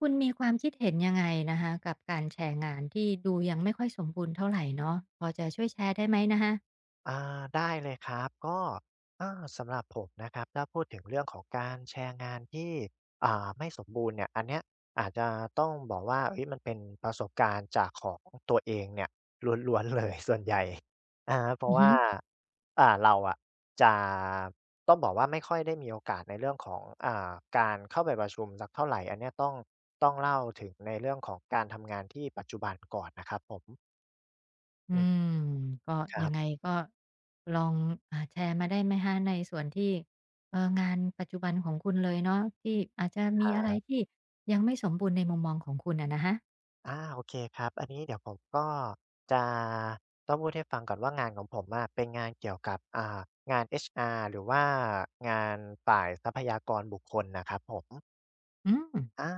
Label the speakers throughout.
Speaker 1: คุณมีความคิดเห็นยังไงนะคะกับการแชร์งานที่ดูยังไม่ค่อยสมบูรณ์เท่าไหร่เนาะพอจะช่วยแชร์ได้ไหมนะคะ
Speaker 2: อาได้เลยครับก็สำหรับผมนะครับถ้าพูดถึงเรื่องของการแชร์งานที่ไม่สมบูรณ์เนี่ยอันเนี้ยอาจจะต้องบอกว่าเอ้ยมันเป็นประสบการณ์จากของตัวเองเนี่ยล้วนๆเลย ส่วนใหญ่เพ
Speaker 1: อื
Speaker 2: ราะ
Speaker 1: อฮึ
Speaker 2: ว่าเราอะจะต้องบอกว่าไม่ค่อยได้มีโอกาสในเรื่องของการเข้าไปประชุมสักเท่าไหรอันเนี้ยต้องเล่าถึงในเรื่องของการทำงานที่ปัจจุบันก่อนนะครับผม
Speaker 1: อื
Speaker 2: อืม
Speaker 1: มก็ยังไงก็ลองแชร์มาได้ไหมคะในส่วนที่งานปัจจุบันของคุณเลยเนาะที่อาจจะ
Speaker 2: ค
Speaker 1: มี
Speaker 2: ร
Speaker 1: อะไร
Speaker 2: ับ
Speaker 1: ที่ยังไม่สมบูรณ์ในมุมมองของคุณอะนะคะ
Speaker 2: โอเคครับอันนี้เดี๋ยวผมก็จะต้องพูดให้ฟังก่อนว่างานของผมอะเป็นงานเกี่ยวกับงาน HR หรือว่างานฝ่ายทรัพยากรบุคคลน่ะครับผม
Speaker 1: อืม
Speaker 2: อา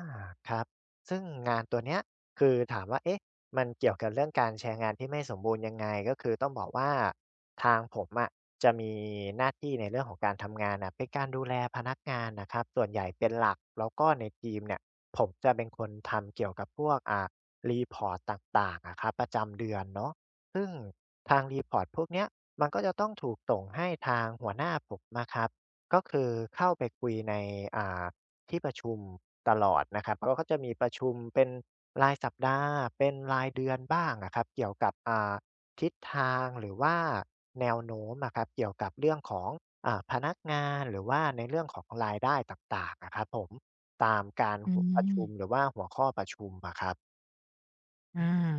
Speaker 2: ครับซึ่งงานตัวเนี้ยคือถามว่าเอ๊ะมันเกี่ยวกับเรื่องการแชร์งานที่ไม่สมบูรณ์ยังไงก็คือต้องบอกว่าทางผมอะจะมีหน้าที่ในเรื่องของการทำงานน่ะเป็นการดูแลพนักงานนะครับส่วนใหญ่เป็นหลักแล้วก็ในทีมเนี่ยผมจะเป็นคนทำเกี่ยวกับพวกรีพอร์ตต่างๆอะครับประจำเดือนเนาะซึ่งทางรีพอร์ตพวกเนี้ยมันก็จะต้องถูกส่งให้ทางหัวหน้าผมนะครับก็คือเข้าไปคุยในอ่า ที่ประชุมตลอดนะครับก็จะมีประชุมเป็นรายสัปดาห์เป็นรายเดือนบ้างอะครับ เกี่ยวกับทิศทางหรือว่าแนวโน้มอะครับเกี่ยวกับเรื่องของพนักงานหรือว่าในเรื่องของรายได้ต่างๆอะครับผมตามการ
Speaker 1: อื
Speaker 2: หัวประชุมหรื
Speaker 1: ม
Speaker 2: อว่าหัวข้อประชุมอะครับ
Speaker 1: อา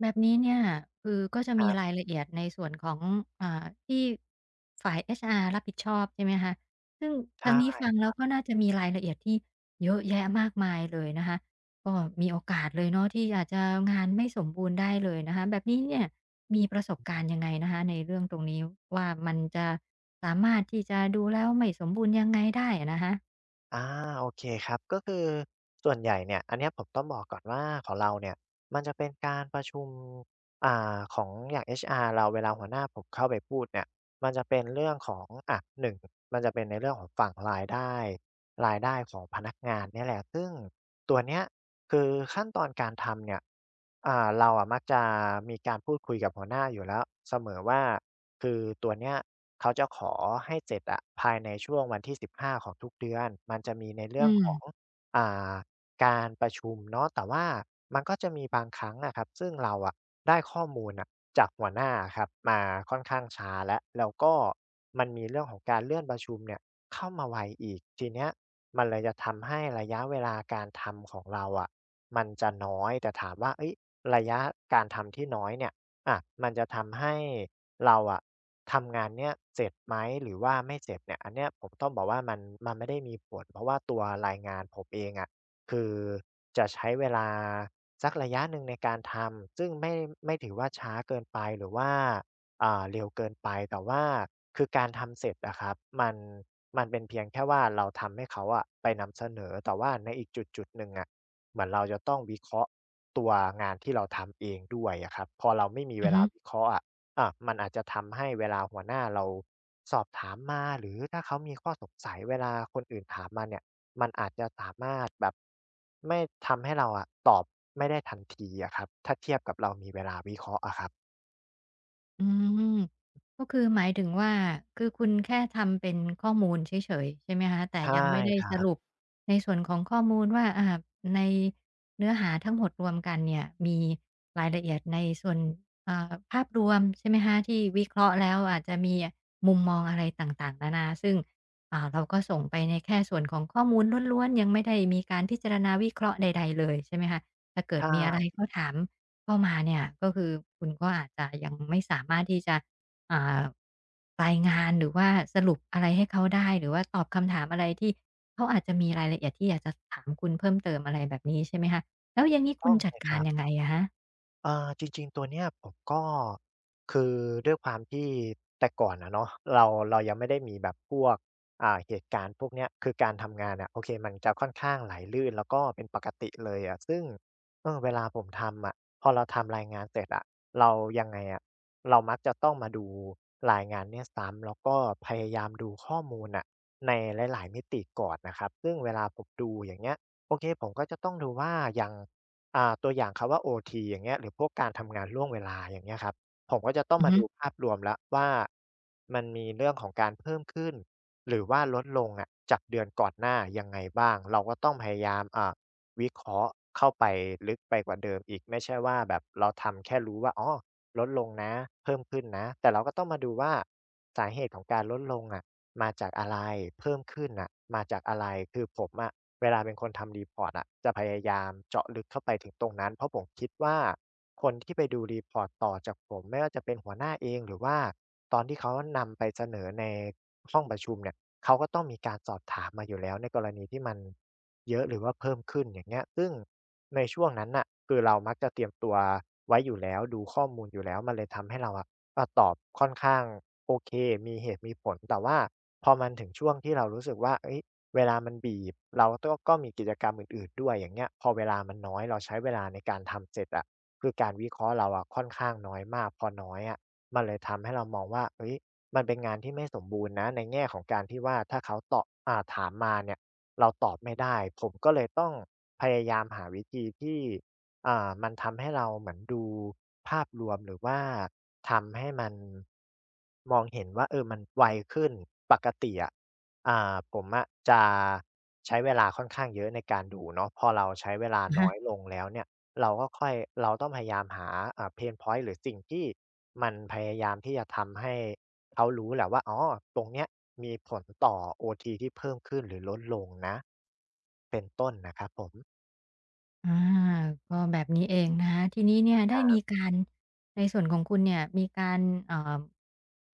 Speaker 1: แบบนี้เนี่ยคือก็จะ
Speaker 2: ค
Speaker 1: มี
Speaker 2: รั
Speaker 1: ราย
Speaker 2: บ
Speaker 1: ละเอียดในส่วนของที่ฝ่าย HR รับผิดชอบใช่ไหมคะซึ่งทางนี้
Speaker 2: ใช่
Speaker 1: ฟังแล้วก็น่าจะมีรายละเอียดที่เยอะแยะมากมายเลยนะคะก็มีโอกาสเลยเนาะที่อาจจะงานไม่สมบูรณ์ได้เลยนะคะแบบนี้เนี่ยมีประสบการณ์ยังไงนะคะในเรื่องตรงนี้ว่ามันจะสามารถที่จะดูแล้วไม่สมบูรณ์ยังไงได้อะนะคะ
Speaker 2: อาโอเคครับก็คือส่วนใหญ่เนี่ยอันเนี้ยผมต้องบอกก่อนว่าของเราเนี่ยมันจะเป็นการประชุมของอย่าง HR เราเวลาหัวหน้าผมเข้าไปพูดเนี่ยมันจะเป็นเรื่องของอะหนึ่งมันจะเป็นในเรื่องของฝั่งรายได้รายได้ของพนักงานเนี่ยแหละซึ่งตัวเนี้ยคือขั้นตอนการทำเนี่ยเราอะมักจะมีการพูดคุยกับหัวหน้าอยู่แล้วเสมอว่า คือตัวเนี้ยเขาจะขอให้เสร็จอะภายในช่วงวันที่15 ของทุกเดือน มันจะมีใน
Speaker 1: อื
Speaker 2: เรื่อง
Speaker 1: ม
Speaker 2: ของอ่าการประชุมเนาะแต่ว่ามันก็จะมีบางครั้งอะครับ ซึ่งเราอะได้ข้อมูลน่ะจากหัวหน้าอะครับมาค่อนข้างช้าแล้ว แล้วก็มันมีเรื่องของการเลื่อนประชุมเนี่ยเข้ามาไวอีก ทีเนี้ยมันเลยจะทำให้ระยะเวลาการทำของเราอะมันจะน้อย แต่ถามว่าเฮ้ยระยะการทำที่น้อยเนี่ย อะมันจะทำให้เราอะทำงานเนี้ยเสร็จไหมหรือว่าไม่เสร็จเนี่ยอันเนี้ยผมต้องบอกว่ามันไม่ได้มีผลเพราะว่าตัวรายงานผมเองอะคือจะใช้เวลาสักระยะหนึ่งในการทำซึ่งไม่ถือว่าช้าเกินไปหรือว่าเร็วเกินไปแต่ว่าคือการทำเสร็จอะครับมันเป็นเพียงแค่ว่าเราทำให้เขาอะไปนำเสนอแต่ว่าในอีกจุดๆหนึ่งอะ เหมือนเราจะต้องวิเคราะห์ตัวงานที่เราทำเองด้วยอะครับพอเราไม่มีเว
Speaker 1: อือฮึ
Speaker 2: ลาวิเคราะห์อะมันอาจจะทำให้เวลาหัวหน้าเราสอบถามมาหรือถ้าเขามีข้อสงสัยเวลาคนอื่นถามมาเนี่ยมันอาจจะสามารถแบบไม่ทำให้เราอะตอบไม่ได้ทันทีอะครับถ้าเทียบกับเรามีเวลาวิเคราะห์อะครับ
Speaker 1: อืมก็คือหมายถึงว่าคือคุณแค่ทำเป็นข้อมูลเฉยๆใช่ไหมคะแต่
Speaker 2: ใช่
Speaker 1: ยังไม่ได้
Speaker 2: ครั
Speaker 1: สรุ
Speaker 2: บ
Speaker 1: ปในส่วนของข้อมูลว่าในเนื้อหาทั้งหมดรวมกันเนี่ยมีรายละเอียดในส่วนอ่าภาพรวมใช่ไหมคะที่วิเคราะห์แล้วอาจจะมีมุมมองอะไรต่างๆนานาซึ่งเราก็ส่งไปในแค่ส่วนของข้อมูลล้วนๆยังไม่ได้มีการพิจารณาวิเคราะห์ใดๆเลยใช่ไหมคะถ้าเกิด
Speaker 2: ใช่
Speaker 1: มีอะไรก็ถาม เข้ามาเนี่ยก็คือคุณก็อาจจะยังไม่สามารถที่จะอ่ารายงานหรือว่าสรุปอะไรให้เขาได้หรือว่าตอบคำถามอะไรที่เขาอาจจะมีรายละเอียดที่อยากจะถามคุณเพิ่มเติมอะไรแบบนี้ใช่ไหมคะแล้วอย่างงี้คุ
Speaker 2: ต้อ
Speaker 1: ณ
Speaker 2: ง
Speaker 1: จั
Speaker 2: เล
Speaker 1: ด
Speaker 2: ยค
Speaker 1: การ
Speaker 2: รั
Speaker 1: ยั
Speaker 2: บ
Speaker 1: งไงอะคะ
Speaker 2: จริงๆตัวเนี้ยผมก็คือด้วยความที่แต่ก่อนอะเนาะเราเรายังไม่ได้มีแบบพวกเหตุการณ์พวกเนี้ยคือการทำงานอะโอเคมันจะค่อนข้างไหลลื่นแล้วก็เป็นปกติเลยอะซึ่งเออเวลาผมทำอะพอเราทำรายงานเสร็จอะเรายังไงอะเรามักจะต้องมาดูรายงานเนี่ยซ้ำแล้วก็พยายามดูข้อมูลน่ะในหลายๆมิติก่อนนะครับซึ่งเวลาผมดูอย่างเงี้ยโอเคผมก็จะต้องดูว่าอย่าง ตัวอย่างคำว่าโอทีอย่างเงี้ยหรือพวกการทำงานล่วงเวลาอย่างเงี้ยครับผมก็จะต้อง
Speaker 1: อือ
Speaker 2: มา
Speaker 1: ฮึ
Speaker 2: ดูภาพรวมแล้วว่ามันมีเรื่องของการเพิ่มขึ้นหรือว่าลดลงอะจากเดือนก่อนหน้ายังไงบ้างเราก็ต้องพยายามวิเคราะห์เข้าไปลึกไปกว่าเดิมอีกไม่ใช่ว่าแบบเราทำแค่รู้ว่าอ๋อลดลงนะเพิ่มขึ้นนะแต่เราก็ต้องมาดูว่าสาเหตุของการลดลงอะมาจากอะไรเพิ่มขึ้นน่ะมาจากอะไรคือผมอะ เวลาเป็นคนทำ report อร์ตอะจะพยายามเจาะลึกเข้าไปถึงตรงนั้นเพราะผมคิดว่าคนที่ไปดู report ต่อจากผมไม่ว่าจะเป็นหัวหน้าเองหรือว่าตอนที่เขานำไปเสนอในห้องประชุมเนี่ยเขาก็ต้องมีการสอบถามมาอยู่แล้วในกรณีที่มันเยอะหรือว่าเพิ่มขึ้นอย่างเงี้ยซึ่งในช่วงนั้นน่ะคือเรามักจะเตรียมตัวไว้อยู่แล้วดูข้อมูลอยู่แล้วมันเลยทำให้เราอะก็ตอบค่อนข้างโอเคมีเหตุมีผลแต่ว่าพอมันถึงช่วงที่เรารู้สึกว่าเฮ้ย เวลามันบีบเราก็มีกิจกรรมอื่นๆด้วยอย่างเงี้ยพอเวลามันน้อยเราใช้เวลาในการทำเสร็จอะคือการวิเคราะห์เราอะค่อนข้างน้อยมากพอน้อยอะมันเลยทำให้เรามองว่าเฮ้ยมันเป็นงานที่ไม่สมบูรณ์นะในแง่ของการที่ว่าถ้าเขาตอบถามมาเนี่ยเราตอบไม่ได้ผมก็เลยต้องพยายามหาวิธีที่มันทำให้เราเหมือนดูภาพรวมหรือว่าทำให้มันมองเห็นว่าเออมันไวขึ้นปกติอะ ผมอะจะใช้เวลาค่อนข้างเยอะในการดูเนาะพอเราใช้เวลา
Speaker 1: อะ
Speaker 2: น้
Speaker 1: ฮะ
Speaker 2: อยลงแล้วเนี่ยเราก็ค่อยเราต้องพยายามหาPain point หรือสิ่งที่มันพยายามที่จะทำให้เขารู้แหละว่าอ๋อตรงเนี้ยมีผลต่อโอทีที่เพิ่มขึ้นหรือลดลงนะเป็นต้นนะครับผม
Speaker 1: อาก็แบบนี้เองนะคะทีนี้เนี่ย
Speaker 2: ค
Speaker 1: ได้
Speaker 2: รั
Speaker 1: มี
Speaker 2: บ
Speaker 1: การในส่วนของคุณเนี่ยมีการเอ่อ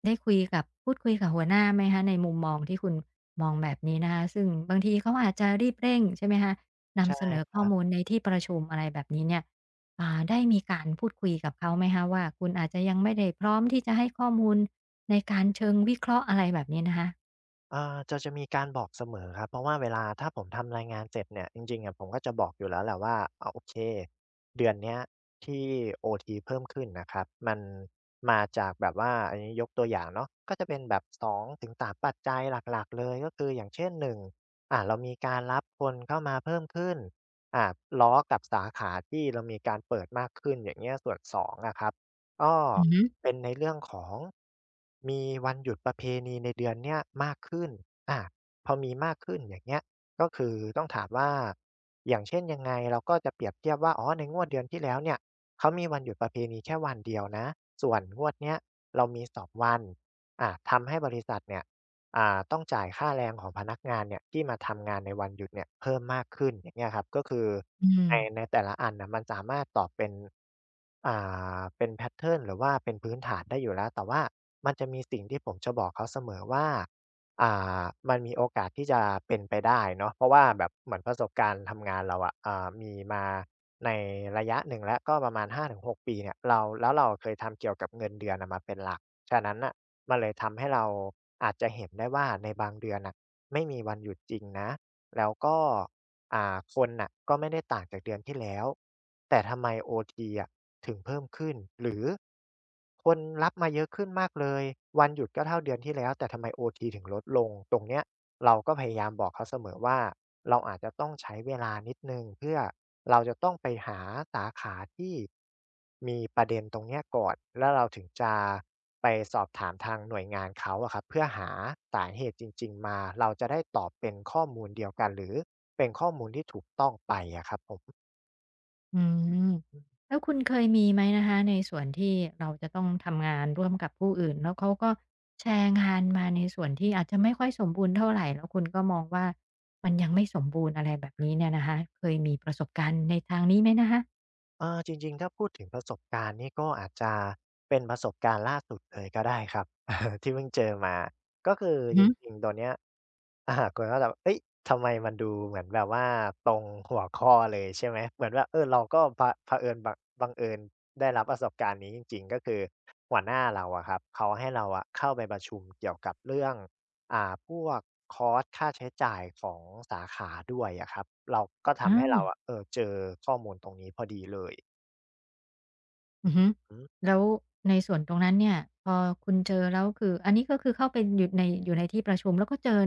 Speaker 1: ได้คุยกับพูดคุยกับหัวหน้าไหมคะในมุมมองที่คุณมองแบบนี้นะคะซึ่งบางทีเขาอาจจะรีบเร่งใช่ไหมคะนำเสนอ
Speaker 2: ใช่
Speaker 1: ข้อมูลในที่ประชุมอะไรแบบนี้เนี่ยได้มีการพูดคุยกับเขาไหมคะว่าคุณอาจจะยังไม่ได้พร้อมที่จะให้ข้อมูลในการเชิงวิเคราะห์อะไรแบบนี้นะคะ
Speaker 2: จะมีการบอกเสมอครับเพราะว่าเวลาถ้าผมทำรายงานเสร็จเนี่ยจริงๆอะผมก็จะบอกอยู่แล้วแหละว่าอาโอเคเดือนเนี้ยที่โอทีเพิ่มขึ้นนะครับมันมาจากแบบว่าอันนี้ยกตัวอย่างเนาะก็จะเป็นแบบสองถึงสามปัจจัยหลักๆเลยก็คืออย่างเช่นหนึ่งเรามีการรับคนเข้ามาเพิ่มขึ้นอ่าล้อกับสาขาที่เรามีการเปิดมากขึ้นอย่างเงี้ยส่วน2องอะครับก็
Speaker 1: อือฮึ
Speaker 2: เป็นในเรื่องของมีวันหยุดประเพณีในเดือนเนี้ยมากขึ้นอาพอมีมากขึ้นอย่างเงี้ยก็คือต้องถามว่าอย่างเช่นยังไงเราก็จะเปรียบเทียบว่าอ๋อในงวดเดือนที่แล้วเนี่ยเขามีวันหยุดประเพณีแค่วันเดียวนะส่วนงวดเนี้ยเรามี2วันอาทำให้บริษัทเนี่ยต้องจ่ายค่าแรงของพนักงานเนี่ยที่มาทำงานในวันหยุดเนี่ยเพิ่มมากขึ้นอย่างเงี้ยครับก็คือ
Speaker 1: อืม
Speaker 2: ในในแต่ละอันน่ะมันสามารถตอบเป็นอ่เป็นแพตเทิร์นหรือว่าเป็นพื้นฐานได้อยู่แล้วแต่ว่ามันจะมีสิ่งที่ผมจะบอกเขาเสมอว่าอ่ามันมีโอกาสที่จะเป็นไปได้เนาะเพราะว่าแบบเหมือนประสบการณ์ทำงานเราอะมีมาในระยะหนึ่งแล้วก็ประมาณหาถึงหกปีเนี่ยเราแล้วเราเคยทำเกี่ยวกับเงินเดือนอะมาเป็นหลักฉะนั้นน่ะมันเลยทำให้เราอาจจะเห็นได้ว่าในบางเดือนน่ะไม่มีวันหยุดจริงนะแล้วก็ คนน่ะก็ไม่ได้ต่างจากเดือนที่แล้วแต่ทำไมโอทีอะถึงเพิ่มขึ้นหรือคนรับมาเยอะขึ้นมากเลยวันหยุดก็เท่าเดือนที่แล้วแต่ทำไมโอทีถึงลดลงตรงเนี้ยเราก็พยายามบอกเขาเสมอว่าเราอาจจะต้องใช้เวลานิดหนึ่งเพื่อเราจะต้องไปหาสาขาที่ มีประเด็นตรงเนี้ยก่อนแล้วเราถึงจะไปสอบถามทางหน่วยงานเขาอะครับเพื่อหาสาเหตุจริงๆมาเราจะได้ตอบเป็นข้อมูลเดียวกันหรือเป็นข้อมูลที่ถูกต้องไปอะครับผม
Speaker 1: อืมแล้วคุณเคยมีไหมนะคะในส่วนที่เราจะต้องทำงานร่วมกับผู้อื่นแล้วเขาก็แชร์งานมาในส่วนที่อาจจะไม่ค่อยสมบูรณ์เท่าไหร่แล้วคุณก็มองว่ามันยังไม่สมบูรณ์อะไรแบบนี้เนี่ยนะคะเคยมีประสบการณ์ในทางนี้ไหมนะคะ
Speaker 2: เออจริงๆถ้าพูดถึงประสบการณ์นี่ก็อาจจะเป็นประสบการณ์ล่าสุดเลยก็ได้ครับ ที่เพิ่งเจอมาก็คือ
Speaker 1: อือ
Speaker 2: จ
Speaker 1: ฮึ
Speaker 2: ริงๆตัวเนี้ย อากลัวว่าแบบเฮ้ยทำไมมันดูเหมือนแบบว่าตรงหัวข้อเลยใช่ไหม เหมือนแบบเออเราก็เผอิญบังเอิญได้รับประสบการณ์นี้จริงๆก็คือหัวหน้าเราอะครับเขาให้เราอะเข้าไปประชุมเกี่ยวกับเรื่องพวกคอสต์ค่าใช้จ่ายของสาขาด้วยอะครับเราก็ทำให้
Speaker 1: อา
Speaker 2: เราอะเออเจอข้อมูลตรงนี้พอดีเลย
Speaker 1: อือฮึ
Speaker 2: อืม
Speaker 1: แล้วในส่วนตรงนั้นเนี่ยพอคุณเจอแล้วคืออันนี้ก็คือเข้าไปอยู่ในอยู่ในที่ประชุมแล้วก็เจอ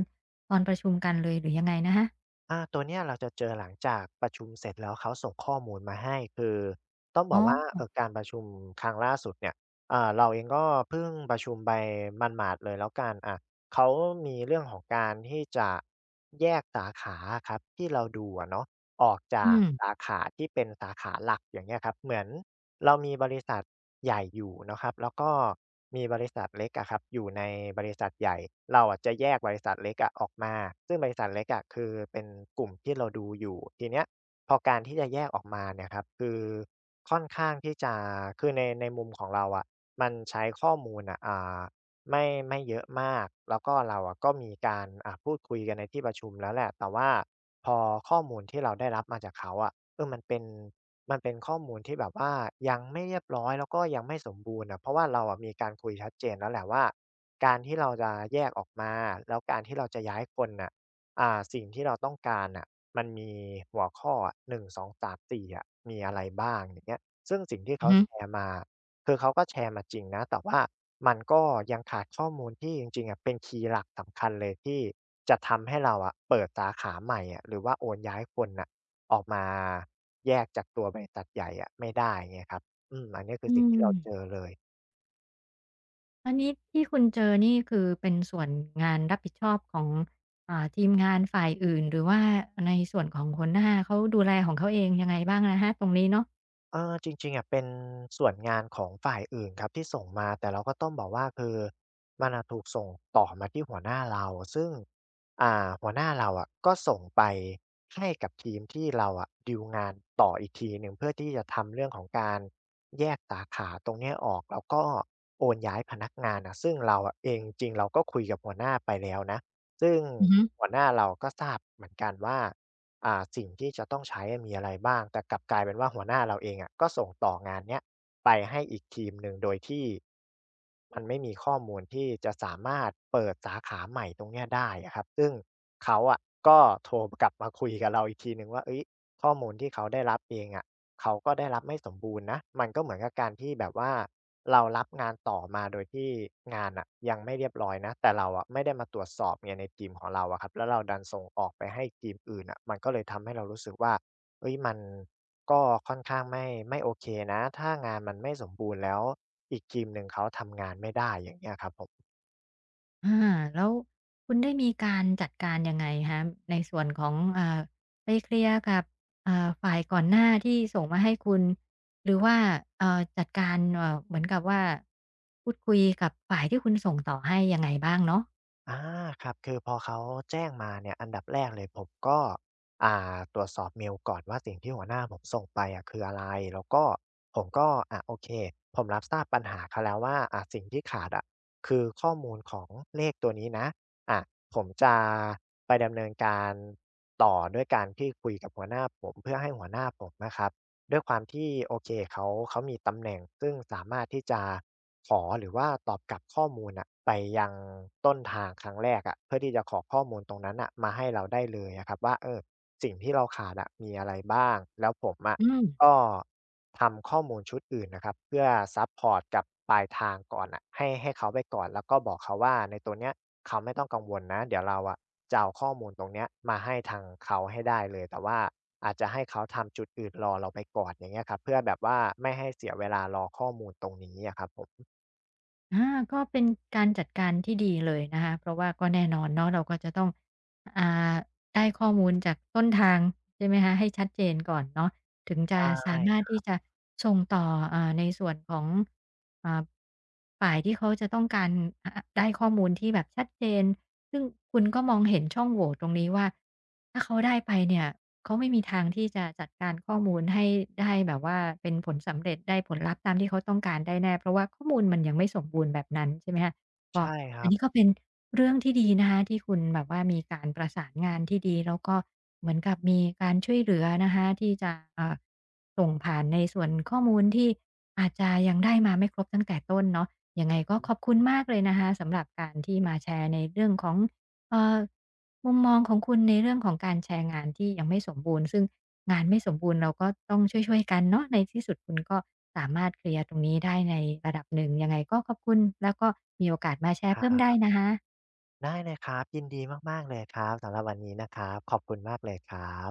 Speaker 1: ตอนประชุมกันเลยหรือยังไงนะคะ
Speaker 2: ตัวเนี้ยเราจะเจอหลังจากประชุมเสร็จแล้วเขาส่งข้อมูลมาให้คือต้องบ
Speaker 1: อ๋
Speaker 2: อกว่า
Speaker 1: อ
Speaker 2: การประชุมครั้งล่าสุดเนี่ยเราเองก็เพิ่งประชุมไปหมาดๆเลยแล้วกันเขามีเรื่องของการที่จะแยกสาขาอะครับที่เราดูอะเนาะออก
Speaker 1: อื
Speaker 2: จาก
Speaker 1: ม
Speaker 2: สาขาที่เป็นสาขาหลักอย่างเงี้ยครับเหมือน เรามีบริษัทใหญ่อยู่เนาะครับแล้วก็มีบริษัทเล็กอะครับอยู่ในบริษัทใหญ่เราอะจะแยกบริษัทเล็กอะออกมาซึ่งบริษัทเล็กอะคือเป็นกลุ่มที่เราดูอยู่ทีเนี้ยพอการที่จะแยกออกมาเนี่ยครับคือค่อนข้างที่จะคือในมุมของเราอะมันใช้ข้อมูลอะไม่เยอะมากแล้วก็เราอะก็มีการพูดคุยกันในที่ประชุมแล้วแหละแต่ว่าพอข้อมูลที่เราได้รับมาจากเขาอะมันเป็น มันเป็นข้อมูลที่แบบว่ายังไม่เรียบร้อยแล้วก็ยังไม่สมบูรณ์อะเพราะว่าเราอะมีการคุยชัดเจนแล้วแหละว่าการที่เราจะแยกออกมาแล้วการที่เราจะย้ายคนน่ะสิ่งที่เราต้องการน่ะมันมีหัวข้ออะ1 2 3 4องสามสี่อะมีอะไรบ้างอย่างเงี้ยซึ่งสิ่งที่
Speaker 1: อื
Speaker 2: เขา
Speaker 1: อฮึ
Speaker 2: แชร์มาคือเขาก็แชร์มาจริงนะแต่ว่ามันก็ยังขาดข้อมูลที่จริงๆอะเป็นคีย์หลักสำคัญเลยที่จะทำให้เราอะเปิดสาขาใหม่อะหรือว่าโอนย้ายคนน่ะ ออกมาแยกจากตัวใบตัดใหญ่อะไม่ได้เงี้ยครับอืมอันเนี้ยคื
Speaker 1: อื
Speaker 2: อสิ่ง
Speaker 1: ม
Speaker 2: ที่เราเจอเลย
Speaker 1: อันนี้ที่คุณเจอนี่คือเป็นส่วนงานรับผิดชอบของทีมงานฝ่ายอื่นหรือว่าในส่วนของหัวหน้าเขาดูแลของเขาเองยังไงบ้างนะคะตรงนี้เนาะ
Speaker 2: จริงๆอะเป็นส่วนงานของฝ่ายอื่นครับที่ส่งมาแต่เราก็ต้องบอกว่าคือมันอะถูกส่งต่อมาที่หัวหน้าเราซึ่งหัวหน้าเราอะก็ส่งไปให้กับทีมที่เราอะดีลงานต่ออีกทีหนึ่งเพื่อที่จะทำเรื่องของการแยกสาขาตรงเนี้ยออกแล้วก็โอนย้ายพนักงานอะซึ่งเราอะเองจริงๆเราก็คุยกับหัวหน้าไปแล้วนะซึ่ง
Speaker 1: อือฮึ
Speaker 2: หัวหน้าเราก็ทราบเหมือนกันว่า สิ่งที่จะต้องใช้อะมีอะไรบ้างแต่กลับกลายเป็นว่าหัวหน้าเราเองอะก็ส่งต่องานเนี้ยไปให้อีกทีมหนึ่งโดยที่มันไม่มีข้อมูลที่จะสามารถเปิดสาขาใหม่ตรงเนี้ยได้อะครับซึ่งเขาอะก็โทรกลับมาคุยกับเราอีกทีหนึ่งว่าเฮ้ยข้อมูลที่เขาได้รับเองอะเขาก็ได้รับไม่สมบูรณ์นะมันก็เหมือนกับการที่แบบว่า เรารับงานต่อมาโดยที่งานอะยังไม่เรียบร้อยนะแต่เราอะไม่ได้มาตรวจสอบไงในทีมของเราอะครับแล้วเราดันส่งออกไปให้ทีมอื่นอะมันก็เลยทำให้เรารู้สึกว่าเฮ้ยมันก็ค่อนข้างไม่โอเคนะถ้างานมันไม่สมบูรณ์แล้วอีกทีมหนึ่งเขาทำงานไม่ได้อย่างเงี้ยครับผม
Speaker 1: อาแล้วคุณได้มีการจัดการยังไงคะในส่วนของไปเคลียร์กับฝ่ายก่อนหน้าที่ส่งมาให้คุณหรือว่าจัดการเหมือนกับว่าพูดคุยกับฝ่ายที่คุณส่งต่อให้ยังไงบ้างเนาะ
Speaker 2: อาครับคือพอเขาแจ้งมาเนี่ยอันดับแรกเลยผมก็ตรวจสอบเมลก่อนว่าสิ่งที่หัวหน้าผมส่งไปอะคืออะไรแล้วก็ผมก็อะโอเคผมรับทราบปัญหาเขาแล้วว่าอะสิ่งที่ขาดอะคือข้อมูลของเลขตัวนี้นะอะผมจะไปดำเนินการต่อด้วยการที่คุยกับหัวหน้าผมเพื่อให้หัวหน้าผมนะครับ ด้วยความที่โอเคเขามีตำแหน่งซึ่งสามารถที่จะขอหรือว่าตอบกลับข้อมูลอะไปยังต้นทางครั้งแรกอะเพื่อที่จะขอข้อมูลตรงนั้นอะมาให้เราได้เลยอะครับว่าเออสิ่งที่เราขาดอะมีอะไรบ้างแล้วผมอะ
Speaker 1: อืม
Speaker 2: ก็ทำข้อมูลชุดอื่นนะครับเพื่อซัปพอร์ตกับปลายทางก่อนน่ะให้เขาไปก่อนแล้วก็บอกเขาว่าในตัวเนี้ยเขาไม่ต้องกังวลนะเดี๋ยวเราอะจะเอาข้อมูลตรงเนี้ยมาให้ทางเขาให้ได้เลยแต่ว่าอาจจะให้เขาทำจุดอื่นรอเราไปก่อนอย่างเงี้ยครับเพื่อแบบว่าไม่ให้เสียเวลารอข้อมูลตรงนี้อะครับผม
Speaker 1: อาก็เป็นการจัดการที่ดีเลยนะคะเพราะว่าก็แน่นอนเนาะเราก็จะต้องอ่าได้ข้อมูลจากต้นทางใช่ไหมคะให้ชัดเจนก่อนเนาะถึง
Speaker 2: ได
Speaker 1: จะสามารถ
Speaker 2: ้
Speaker 1: ที่จะส่งต่อในส่วนของอ่าฝ่ายที่เขาจะต้องการอ่าได้ข้อมูลที่แบบชัดเจน ซึ่งคุณก็มองเห็นช่องโหว่ตรงนี้ว่าถ้าเขาได้ไปเนี่ยเขาไม่มีทางที่จะจัดการข้อมูลให้ได้แบบว่าเป็นผลสำเร็จได้ผลลัพธ์ตามที่เขาต้องการได้แน่เพราะว่าข้อมูลมันยังไม่สมบูรณ์แบบนั้นใช่ไหมคะก็
Speaker 2: ใช่ค
Speaker 1: อั
Speaker 2: รั
Speaker 1: น
Speaker 2: บ
Speaker 1: นี้ก็เป็นเรื่องที่ดีนะคะที่คุณแบบว่ามีการประสานงานที่ดีแล้วก็เหมือนกับมีการช่วยเหลือนะคะที่จะส่งผ่านในส่วนข้อมูลที่อาจจะยังได้มาไม่ครบตั้งแต่ต้นเนาะ ยังไงก็ขอบคุณมากเลยนะคะสำหรับการที่มาแชร์ในเรื่องของเอ่อมุมมองของคุณในเรื่องของการแชร์งานที่ยังไม่สมบูรณ์ซึ่งงานไม่สมบูรณ์เราก็ต้องช่วยๆกันเนาะในที่สุดคุณก็สามารถเคลียร์ตรงนี้ได้ในระดับหนึ่งยังไงก็ขอบคุณแล้วก็มีโอกาสมาแช
Speaker 2: ค
Speaker 1: ร์
Speaker 2: ร
Speaker 1: เพิ่มได้
Speaker 2: ับ
Speaker 1: นะคะ
Speaker 2: ได้เลยครับยินดีมากๆเลยครับสำหรับวันนี้นะครับขอบคุณมากเลยครับ